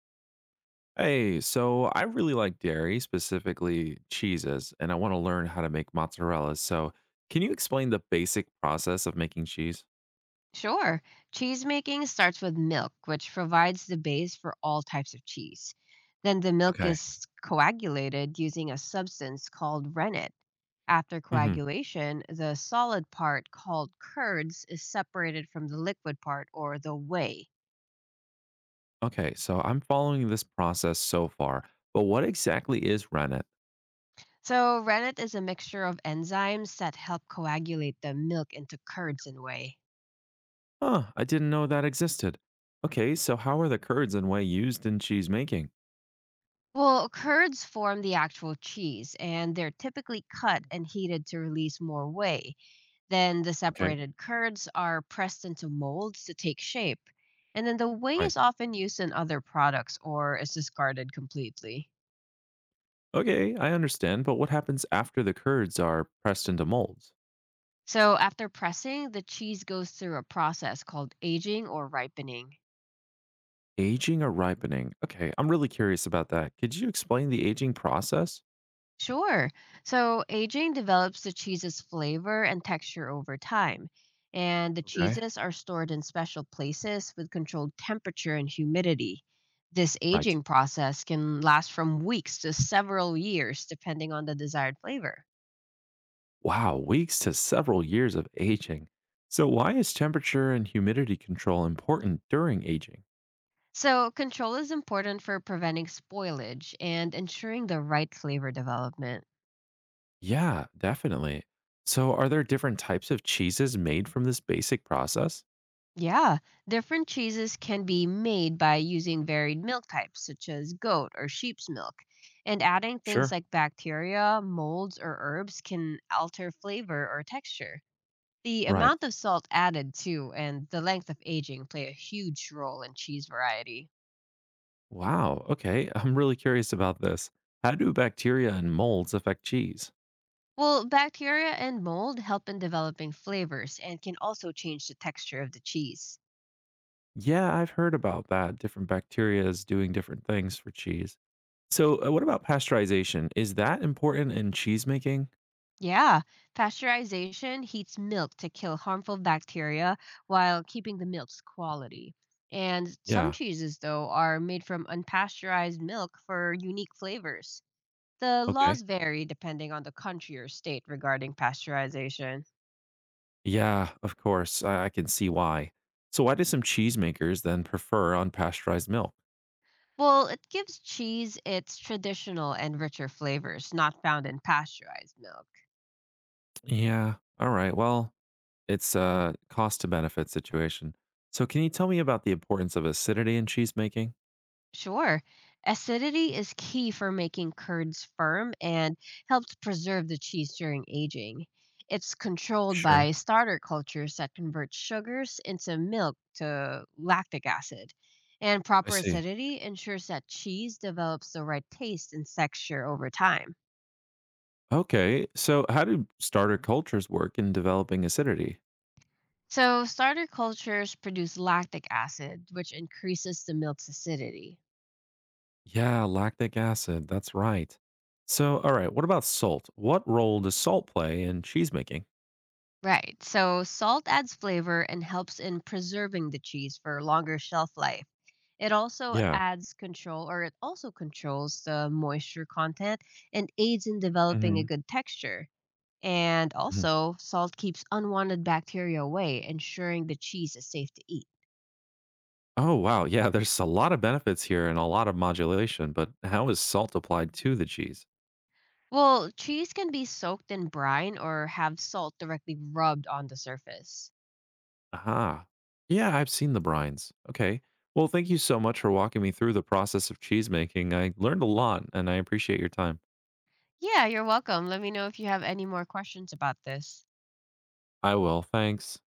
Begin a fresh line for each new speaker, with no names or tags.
Hey, so I really like dairy, specifically cheeses, and I want to learn how to make mozzarella. So, can you explain the basic process of making cheese?
Sure. Cheese making starts with milk, which provides the base for all types of cheese. Then the milk
Okay.
is coagulated using a substance called rennet. After
Hmm.
coagulation, the solid part called curds is separated from the liquid part or the whey.
Okay, so I'm following this process so far, but what exactly is rennet?
So, rennet is a mixture of enzymes that help coagulate the milk into curds and whey.
Huh, I didn't know that existed. Okay, so how are the curds and whey used in cheese making?
Well, curds form the actual cheese, and they're typically cut and heated to release more whey. Then the
Okay,
separated curds are pressed into molds to take shape. And then the whey
right.
is often used in other products or is discarded completely.
Okay, I understand, but what happens after the curds are pressed into molds?
So after pressing, the cheese goes through a process called aging or ripening.
Aging or ripening? Okay, I'm really curious about that. Could you explain the aging process?
Sure. So aging develops the cheese's flavor and texture over time, and the
Okay.
cheeses are stored in special places with controlled temperature and humidity. This
Right.
aging process can last from weeks to several years, depending on the desired flavor.
Wow, weeks to several years of aging. So, why is temperature and humidity control important during aging?
So, control is important for preventing spoilage and ensuring the right flavor development.
Yeah, definitely. So, are there different types of cheeses made from this basic process?
Yeah, different cheeses can be made by using varied milk types, such as goat or sheep's milk. And adding things
Sure.
like bacteria, molds, or herbs can alter flavor or texture. The
Right.
amount of salt added, too, and the length of aging play a huge role in cheese variety.
Wow. Okay. I'm really curious about this. How do bacteria and molds affect cheese?
Well, bacteria and mold help in developing flavors and can also change the texture of the cheese.
Yeah, I've heard about that. Different bacteria is doing different things for cheese. So, what about pasteurization? Is that important in cheese making?
Yeah, pasteurization heats milk to kill harmful bacteria while keeping the milk's quality. And some
Yeah.
cheeses, though, are made from unpasteurized milk for unique flavors. The laws
Okay.
vary depending on the country or state regarding pasteurization.
Yeah, of course. I can see why. So, why do some cheesemakers then prefer unpasteurized milk?
Well, it gives cheese its traditional and richer flavors not found in pasteurized milk.
Yeah. All right. Well, it's a cost to benefit situation. So, can you tell me about the importance of acidity in cheese making?
Sure. Acidity is key for making curds firm and helps preserve the cheese during aging. It's controlled by
Sure.
starter cultures that convert sugars into milk to lactic acid. And
I
proper
see.
acidity ensures that cheese develops the right taste and texture over time.
Okay. So, how do starter cultures work in developing acidity?
So, starter cultures produce lactic acid, which increases the milk's acidity.
Yeah, lactic acid. That's right. So, all right, what about salt? What role does salt play in cheese making?
Right. So salt adds flavor and helps in preserving the cheese for longer shelf life. It also
Yeah.
adds control or it also controls the moisture content and aids in developing a
Hmm.
good texture. And
Hmm.
also, salt keeps unwanted bacteria away, ensuring the cheese is safe to eat.
Oh, wow. Yeah, there's a lot of benefits here and a lot of modulation, but how is salt applied to the cheese?
Well, cheese can be soaked in brine or have salt directly rubbed on the surface.
Aha. Yeah, I've seen the brines. Okay. Well, thank you so much for walking me through the process of cheese making. I learned a lot and I appreciate your time.
Yeah, you're welcome. Let me know if you have any more questions about this.
I will. Thanks.